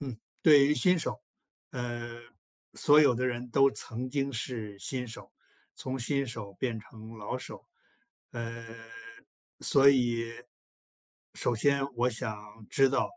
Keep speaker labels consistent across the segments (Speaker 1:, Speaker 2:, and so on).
Speaker 1: 嗯，对于新手，呃，所有的人都曾经是新手，从新手变成老手，呃，所以首先我想知道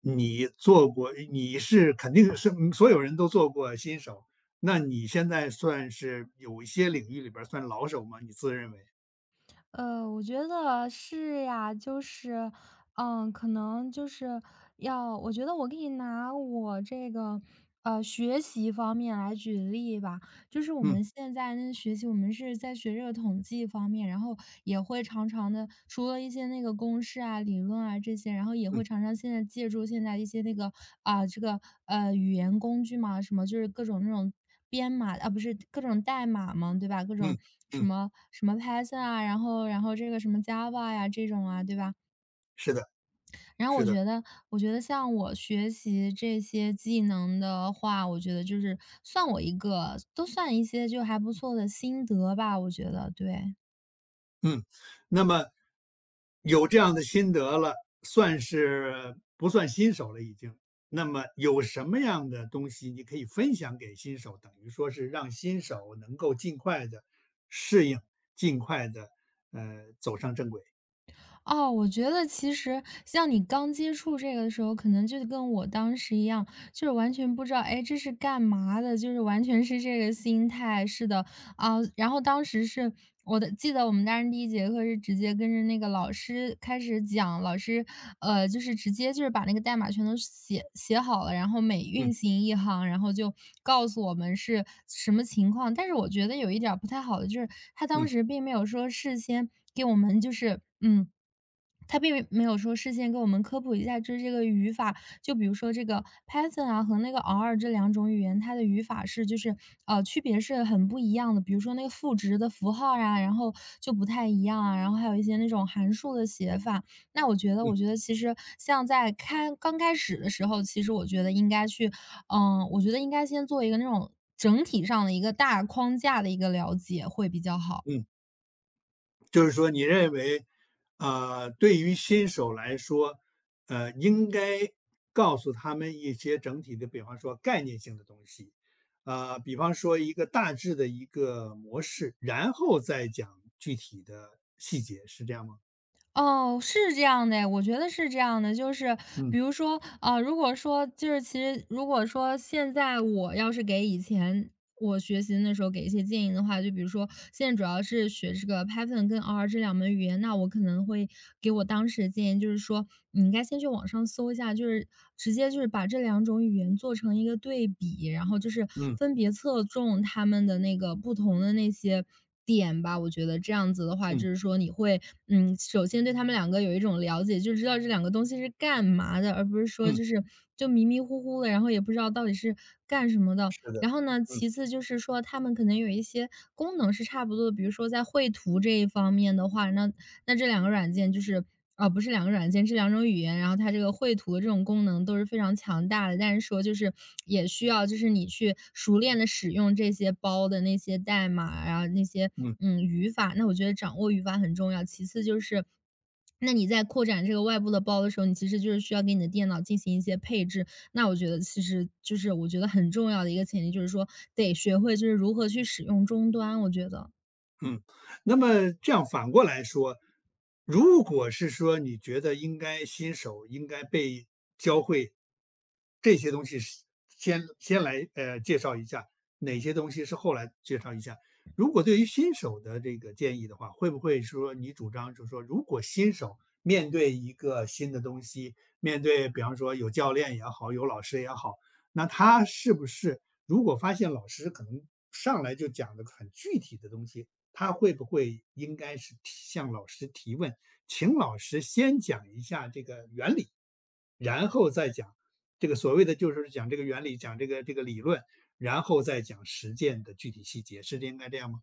Speaker 1: 你做过，你是肯定是所有人都做过新手，那你现在算是有一些领域里边儿算老手吗？你自认为？
Speaker 2: 我觉得是呀，就是，嗯，可能就是我觉得我可以拿我这个，学习方面来举例吧。就是我
Speaker 1: 嗯，
Speaker 2: 们现在那学习，我们是在学这个统计方面，然后也会常常的，除了一些那个公式啊、理论啊这些，然后也会
Speaker 1: 嗯，
Speaker 2: 常常现在借助现在一些那个啊、这个语言工具嘛，什么就是各种那种编码啊，不是各种代码嘛，对吧？各种
Speaker 1: 嗯，
Speaker 2: 什
Speaker 1: 嗯，
Speaker 2: 么什么 Python 啊，然后这个什么 Java 呀、这种啊，对吧？
Speaker 1: 是的，
Speaker 2: 然后
Speaker 1: 是
Speaker 2: 我
Speaker 1: 的。
Speaker 2: 觉得，我觉得像我学习这些技能的话，我觉得就是算我一个，都算一些就还不错的心得吧。我觉得，对，
Speaker 1: 嗯，那么有这样的心得了，算是不算新手了已经？那么有什么样的东西你可以分享给新手，等于说是让新手能够尽快的适应，尽快的走上正轨？
Speaker 2: 哦，我觉得其实像你刚接触这个的时候，可能就跟我当时一样，就是完全不知道，哎，这是干嘛的，就是完全是这个心态。是的，啊，然后当时是我的记得我们当时第一节课是直接跟着那个老师开始讲，老师，就是直接就是把那个代码全都写好了，然后每运
Speaker 1: 嗯，
Speaker 2: 行一行，然后就告诉我们是什么情况。但是我觉得有一点儿不太好的就是，他当
Speaker 1: 嗯，
Speaker 2: 时并没有说事先给我们就是，嗯。他并没有说事先给我们科普一下，就是这个语法就比如说这个 Python 啊和那个 R 这两种语言，它的语法是就是区别是很不一样的。比如说那个赋值的符号呀、然后就不太一样啊，然后还有一些那种函数的写法。那我觉得，
Speaker 1: 嗯，
Speaker 2: 我觉得其实像在刚开始的时候，其实我觉得应该去，嗯、我觉得应该先做一个那种整体上的一个大框架的一个了解会比较好。
Speaker 1: 嗯。就是说你认为，对于新手来说，应该告诉他们一些整体的，比方说概念性的东西，比方说一个大致的一个模式，然后再讲具体的细节，是这样吗？
Speaker 2: 哦，是这样的诶我觉得是这样的。就是
Speaker 1: 嗯，
Speaker 2: 比如说，如果说就是其实如果说现在我要是给以前我学习那时候给一些建议的话，就比如说现在主要是学这个 Python 跟 R 这两门语言，那我可能会给我当时的建议就是说，你应该先去网上搜一下，就是直接就是把这两种语言做成一个对比，然后就是
Speaker 1: 嗯，
Speaker 2: 分别侧重他们的那个不同的那些。点吧，我觉得这样子的话，就
Speaker 1: 嗯，
Speaker 2: 是说你会，嗯，首先对他们两个有一种了解，就知道这两个东西是干嘛的，而不是说
Speaker 1: 嗯，
Speaker 2: 就是就迷迷糊糊的，然后也不知道到底是干什么的。
Speaker 1: 是的，
Speaker 2: 然后呢，
Speaker 1: 嗯，
Speaker 2: 其次就是说他们可能有一些功能是差不多的，比如说在绘图这一方面的话，那那这两个软件就是啊，不是两个软件，是两种语言，然后它这个绘图的这种功能都是非常强大的，但是说就是也需要就是你去熟练的使用这些包的那些代码，然后那些，
Speaker 1: 嗯。
Speaker 2: 嗯，语法，那我觉得掌握语法很重要。其次就是，那你在扩展这个外部的包的时候，你其实就是需要给你的电脑进行一些配置，那我觉得其实就是我觉得很重要的一个前提，就是说得学会就是如何去使用终端，我觉得。
Speaker 1: 嗯，那么这样反过来说，如果是说你觉得应该新手应该被教会这些东西是，先来介绍一下，哪些东西是后来介绍一下。如果对于新手的这个建议的话，会不会说你主张就是说，如果新手面对一个新的东西，面对比方说有教练也好，有老师也好，那他是不是如果发现老师可能上来就讲的很具体的东西，他会不会应该是提向老师提问，请老师先讲一下这个原理，然后再讲这个所谓的就是讲这个原理，讲这个理论，然后再讲实践的具体细节，是应该这样吗？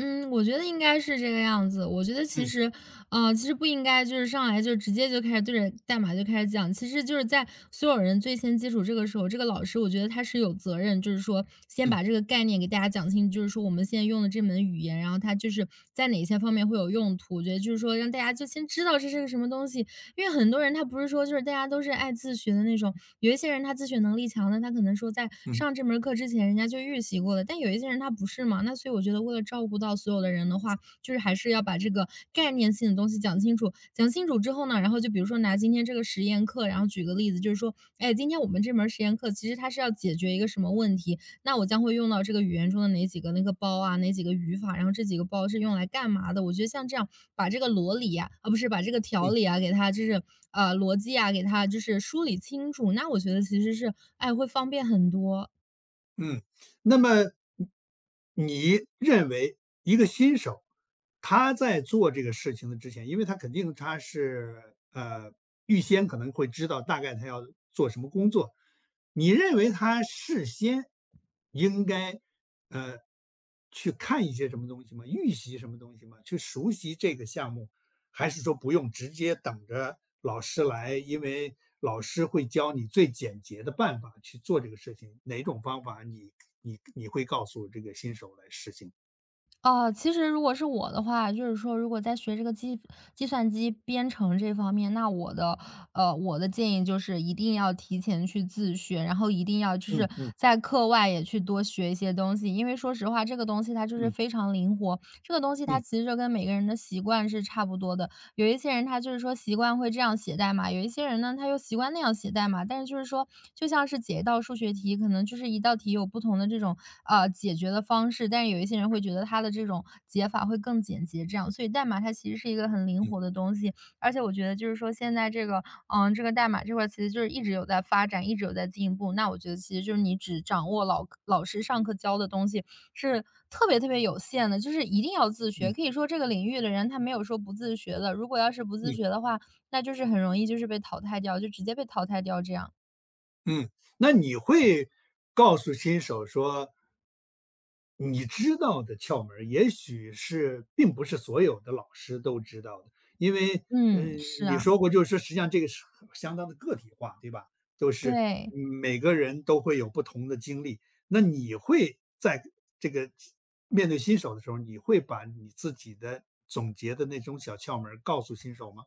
Speaker 2: 嗯，我觉得应该是这个样子。我觉得其
Speaker 1: 嗯，
Speaker 2: 实，其实不应该就是上来就直接就开始对着代码就开始讲。其实就是在所有人最先接触这个时候，这个老师我觉得他是有责任，就是说先
Speaker 1: 嗯，
Speaker 2: 把这个概念给大家讲清楚就是说我们现在用的这门语言，然后它就是在哪些方面会有用途。我觉得就是说让大家就先知道这是个什么东西，因为很多人他不是说就是大家都是爱自学的那种，有一些人他自学能力强的，他可能说在
Speaker 1: 嗯。
Speaker 2: 上这门课之前人家就预习过了，但有一些人他不是嘛。那所以我觉得为了照顾到所有的人的话，就是还是要把这个概念性的东西讲清楚。讲清楚之后呢，然后就比如说拿今天这个实验课，然后举个例子，就是说，哎，今天我们这门实验课其实它是要解决一个什么问题，那我将会用到这个语言中的哪几个那个包啊，哪几个语法，然后这几个包是用来干嘛的？我觉得像这样把这个逻理啊，啊，不是把这个条理啊，给它就是逻辑啊，给它就是梳理清楚，那我觉得其实是哎会方便很多。
Speaker 1: 嗯，那么你认为一个新手，他在做这个事情的之前，因为他肯定他是预先可能会知道大概他要做什么工作，你认为他事先应该呃去看一些什么东西吗？预习什么东西吗？去熟悉这个项目，还是说不用直接等着老师来？因为老师会教你最简洁的办法去做这个事情。哪种方法你会告诉这个新手来实行？
Speaker 2: 啊，其实如果是我的话，就是说，如果在学这个计算机编程这方面，那我的我的建议就是一定要提前去自学，然后一定要就
Speaker 1: 嗯，
Speaker 2: 是
Speaker 1: 嗯，
Speaker 2: 在课外也去多学一些东西，因为说实话，这个东西它就是
Speaker 1: 嗯，
Speaker 2: 非常灵活，这个东西它
Speaker 1: 嗯，
Speaker 2: 其实就跟每个人的习惯是差不多的。有一些人他就是说习惯会这样写代码，有一些人呢，他又习惯那样写代码。但是就是说，就像是解一道数学题，可能就是一道题有不同的这种解决的方式，但是有一些人会觉得他的这种解法会更简洁，这样。所以代码它其实是一个很灵
Speaker 1: 嗯，
Speaker 2: 活的东西，而且我觉得就是说现在这个这个代码这块儿其实就是一直有在发展，一直有在进步。那我觉得其实就是你只掌握老师上课教的东西，是特别特别有限的，就是一定要自学。
Speaker 1: 嗯，
Speaker 2: 可以说这个领域的人他没有说不自学的，如果要是不自
Speaker 1: 嗯，
Speaker 2: 学的话，那就是很容易就是被淘汰掉，就直接被淘汰掉这样。
Speaker 1: 嗯，那你会告诉新手说你知道的窍门儿，也许是并不是所有的老师都知道的，因为，
Speaker 2: 嗯，是
Speaker 1: 你
Speaker 2: 啊，
Speaker 1: 说过，就是说，实际上这个是相当的个体化，对吧？都是
Speaker 2: 对。
Speaker 1: 每个人都会有不同的经历，那你会在这个面对新手的时候，你会把你自己的总结的那种小窍门儿告诉新手吗？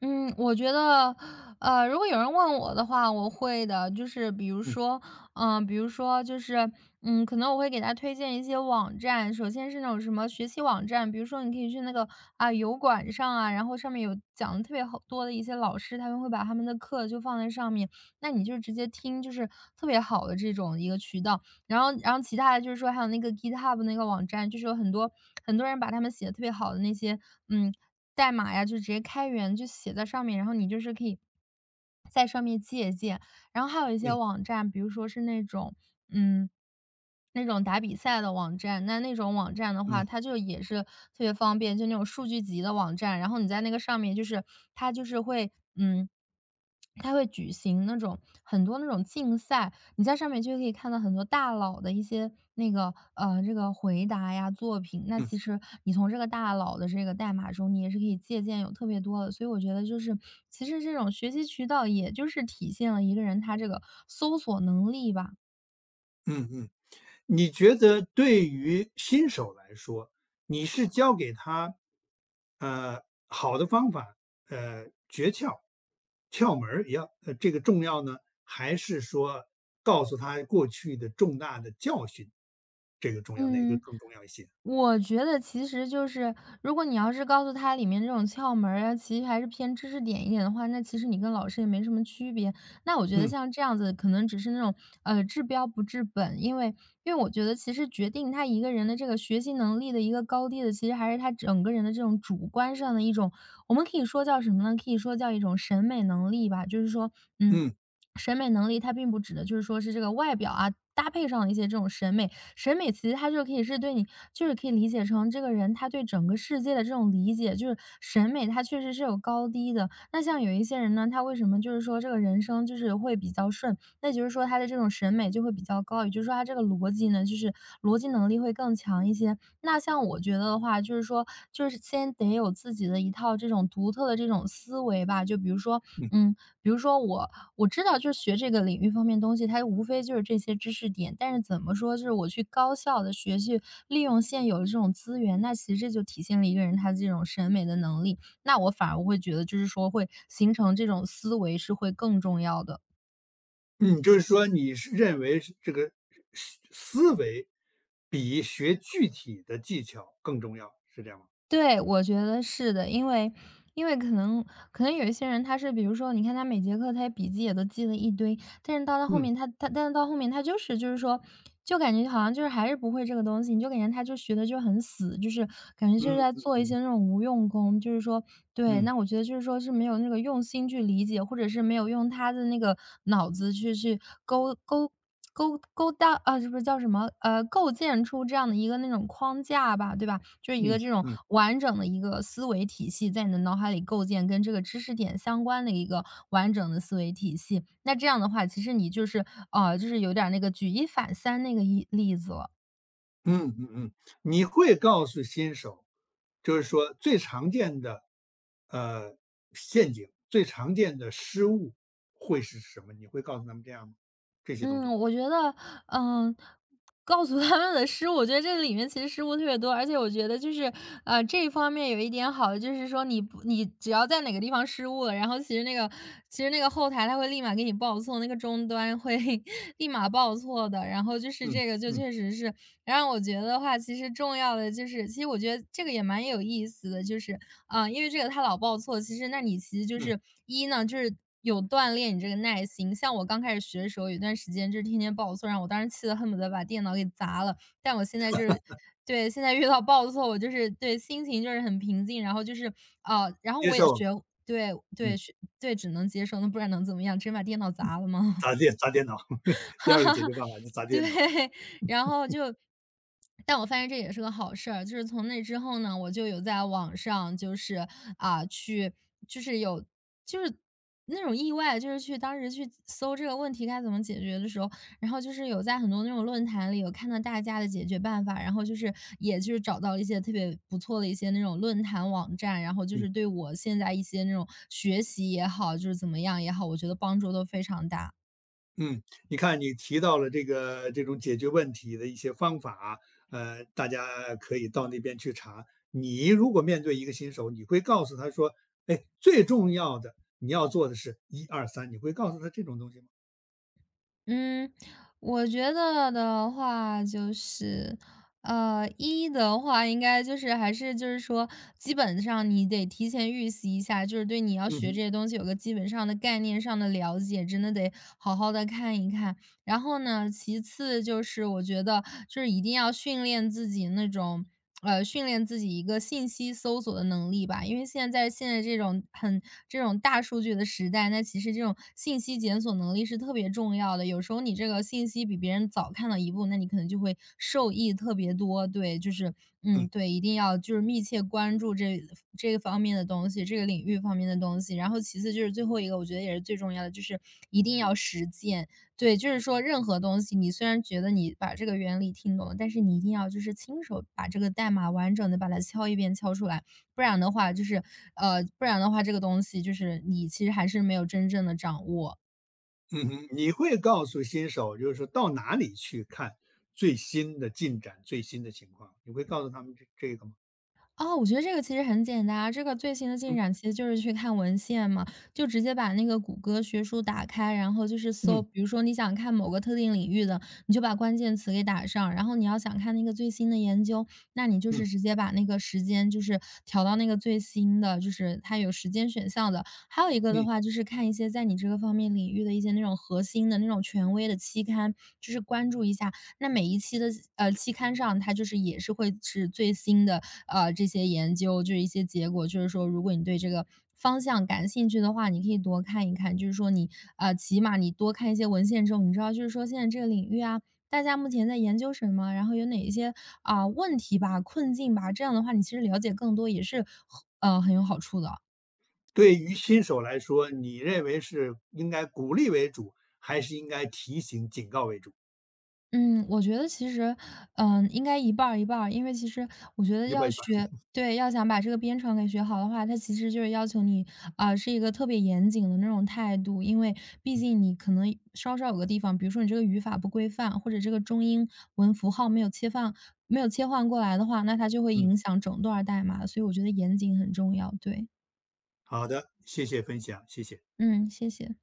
Speaker 2: 嗯，我觉得，如果有人问我的话，我会的。就是比如
Speaker 1: 嗯，
Speaker 2: 说，嗯、比如说就是，嗯，可能我会给他推荐一些网站。首先是那种什么学习网站，比如说你可以去那个啊、油管上啊，然后上面有讲的特别好多的一些老师，他们会把他们的课就放在上面，那你就直接听，就是特别好的这种一个渠道。然后其他的就是说还有那个 GitHub 那个网站，就是有很多很多人把他们写的特别好的那些嗯代码呀，就直接开源就写在上面，然后你就是可以在上面借鉴。然后还有一些
Speaker 1: 嗯，
Speaker 2: 网站，比如说是那种，嗯，那种打比赛的网站，那那种网站的
Speaker 1: 嗯，
Speaker 2: 话，
Speaker 1: 嗯，
Speaker 2: 它就也是特别方便，就那种数据集的网站。然后你在那个上面，就是它就是会，嗯，它会举行那种很多那种竞赛，你在上面就可以看到很多大佬的一些那个这个回答呀作品。那
Speaker 1: 嗯，
Speaker 2: 其实你从这个大佬的这个代码中，你也是可以借鉴有特别多的。所以我觉得就是其实这种学习渠道，也就是体现了一个人他这个搜索能力吧。
Speaker 1: 嗯，嗯。你觉得对于新手来说，你是教给他，呃，好的方法，诀窍、窍门儿也要这个重要呢，还是说告诉他过去的重大的教训，这个重要，哪个
Speaker 2: 嗯，
Speaker 1: 更重要一些？
Speaker 2: 我觉得其实就是，如果你要是告诉他里面这种窍门儿啊，其实还是偏知识点一点的话，那其实你跟老师也没什么区别。那我觉得
Speaker 1: 嗯，
Speaker 2: 像这样子，可能只是那种治标不治本，因为我觉得其实决定他一个人的这个学习能力的一个高低的，其实还是他整个人的这种主观上的一种，我们可以说叫什么呢？可以说叫一种审美能力吧，就是说，嗯。
Speaker 1: 嗯，
Speaker 2: 审美能力它并不指的就是说是这个外表啊，搭配上的一些这种审美，审美其实它就可以是对你就是可以理解成这个人他对整个世界的这种理解，就是审美它确实是有高低的。那像有一些人呢，他为什么就是说这个人生就是会比较顺，那就是说他的这种审美就会比较高，也就是说他这个逻辑呢，就是逻辑能力会更强一些。那像我觉得的话，就是说就是先得有自己的一套这种独特的这种思维吧，就比如说，
Speaker 1: 嗯，
Speaker 2: 嗯，比如说我知道就是学这个领域方面东西，它无非就是这些知识点，但是怎么说，就是我去高效的学习，利用现有的这种资源，那其实这就体现了一个人他这种审美的能力，那我反而会觉得就是说会形成这种思维是会更重要的。
Speaker 1: 嗯，就是说你是认为是这个思维比学具体的技巧更重要，是这样吗？
Speaker 2: 对，我觉得是的，因为因为可能可能有一些人他是比如说，你看他每节课他笔记也都记了一堆，但是到了后
Speaker 1: 嗯，
Speaker 2: 面他但是到后面他就是就是说，就感觉好像就是还是不会这个东西，你就感觉他就学的就很死，就是感觉就
Speaker 1: 嗯，
Speaker 2: 是在
Speaker 1: 嗯，
Speaker 2: 做一
Speaker 1: 嗯，
Speaker 2: 些那种无用功，就是说对，
Speaker 1: 嗯，
Speaker 2: 那我觉得就是说是没有那个用心去理解，或者是没有用他的那个脑子去勾勾搭啊，是不是叫什么？构建出这样的一个那种框架吧，对吧？就是一个
Speaker 1: 嗯，
Speaker 2: 这种
Speaker 1: 嗯。
Speaker 2: 完整的一个思维体系，在你的脑海里构建跟这个知识点相关的一个完整的思维体系。那这样的话，其实你就是就是有点儿那个举一反三那个一例子了。
Speaker 1: 嗯，嗯，嗯，你会告诉新手，就是说最常见的，呃，陷阱，最常见的失误会是什么？你会告诉他们这样吗？这些东西吗？
Speaker 2: 嗯，我觉得，嗯，告诉他们的失误，我觉得这里面其实失误特别多，而且我觉得就是，这一方面有一点好，就是说你不，你只要在哪个地方失误了，然后其实那个，其实那个后台它会立马给你报错，那个终端会 立马报错的，然后就是
Speaker 1: 嗯，
Speaker 2: 这个就
Speaker 1: 嗯，
Speaker 2: 确实是，然后我觉得的话，其实重要的就是，其实我觉得这个也蛮有意思的，就是，啊、因为这个他老报错，其实那你其实就
Speaker 1: 嗯，
Speaker 2: 是一呢，就是有锻炼你这个耐心。像我刚开始学的时候，有段时间就是天天报错，让我当时气得恨不得把电脑给砸了。但我现在就是对，现在遇到报错，我就是对，心情就是很平静，然后就是然后
Speaker 1: 接
Speaker 2: 我也
Speaker 1: 受了，
Speaker 2: 学对对
Speaker 1: 嗯，
Speaker 2: 学对，只能接受，那不然能怎么样？直接把电脑砸了吗？
Speaker 1: 砸电脑，第
Speaker 2: 哈
Speaker 1: 二个
Speaker 2: 哈，
Speaker 1: 解决办法就砸
Speaker 2: 对，
Speaker 1: 电脑。
Speaker 2: 然后就但我发现这也是个好事儿，就是从那之后呢，我就有在网上就是，啊，去就是有就是那种意外，就是去当时去搜这个问题该怎么解决的时候，然后就是有在很多那种论坛里有看到大家的解决办法，然后就是也就是找到了一些特别不错的一些那种论坛网站，然后就
Speaker 1: 嗯。
Speaker 2: 是对我现在一些那种学习也好，就是怎么样也好，我觉得帮助都非常大。
Speaker 1: 嗯，你看你提到了这个这种解决问题的一些方法，大家可以到那边去查。你如果面对一个新手，你会告诉他说："哎，最重要的你要做的是一二三。"你会告诉他这种东西吗？
Speaker 2: 嗯，我觉得的话就是，一的话应该就是还是就是说，基本上你得提前预习一下，就是对你要
Speaker 1: 嗯
Speaker 2: 学
Speaker 1: 哼，
Speaker 2: 这些东西有个基本上的概念上的了解，真的得好好的看一看。然后呢，其次就是我觉得就是一定要训练自己那种训练自己一个信息搜索的能力吧。因为现在这种这种大数据的时代，那其实这种信息检索能力是特别重要的。有时候你这个信息比别人早看到一步，那你可能就会受益特别多。对，就是
Speaker 1: 嗯，
Speaker 2: 嗯，对，一定要就是密切关注这个方面的东西，这个领域方面的东西。然后其次就是最后一个，我觉得也是最重要的，就是一定要实践。对，就是说任何东西，你虽然觉得你把这个原理听懂了，但是你一定要就是亲手把这个代码完整的把它敲一遍敲出来，不然的话就是不然的话这个东西就是你其实还是没有真正的掌握。
Speaker 1: 嗯哼，你会告诉新手，就是说到哪里去看最新的进展、最新的情况，你会告诉他们这个吗？
Speaker 2: 哦，我觉得这个其实很简单啊，这个最新的进
Speaker 1: 嗯，
Speaker 2: 展其实就是去看文献嘛，就直接把那个谷歌学术打开，然后就是搜，
Speaker 1: 嗯，
Speaker 2: 比如说你想看某个特定领域的，你就把关键词给打上，然后你要想看那个最新的研究，那你就
Speaker 1: 嗯，
Speaker 2: 是直接把那个时间就是调到那个最新的，就是它有时间选项的。还有一个的
Speaker 1: 嗯。
Speaker 2: 话就是看一些在你这个方面领域的一些那种核心的那种权威的期刊，就是关注一下。那每一期的期刊上，它就是也是会是最新的这些研究，就是一些结果，就是说如果你对这个方向感兴趣的话，你可以多看一看。就是说你，起码你多看一些文献之后，你知道，就是说现在这个领域啊，大家目前在研究什么，然后有哪一些啊、问题吧、困境吧，这样的话，你其实了解更多也是很有好处的。
Speaker 1: 对于新手来说，你认为是应该鼓励为主，还是应该提醒、警告为主？
Speaker 2: 嗯，我觉得其实，嗯，应该一半儿一半儿。因为其实我觉得
Speaker 1: 一半
Speaker 2: 要
Speaker 1: 一半儿。
Speaker 2: 学对，要想把这个编程给学好的话，它其实就是要求你，啊，是一个特别严谨的那种态度。因为毕
Speaker 1: 嗯，
Speaker 2: 竟你可能稍稍有个地方，比如说你这个语法不规范，或者这个中英文符号没有切换过来的话，那它就会
Speaker 1: 嗯，
Speaker 2: 影响整段儿代码。所以我觉得严谨很重要，对。
Speaker 1: 好的，谢谢分享，谢谢。
Speaker 2: 嗯，谢谢。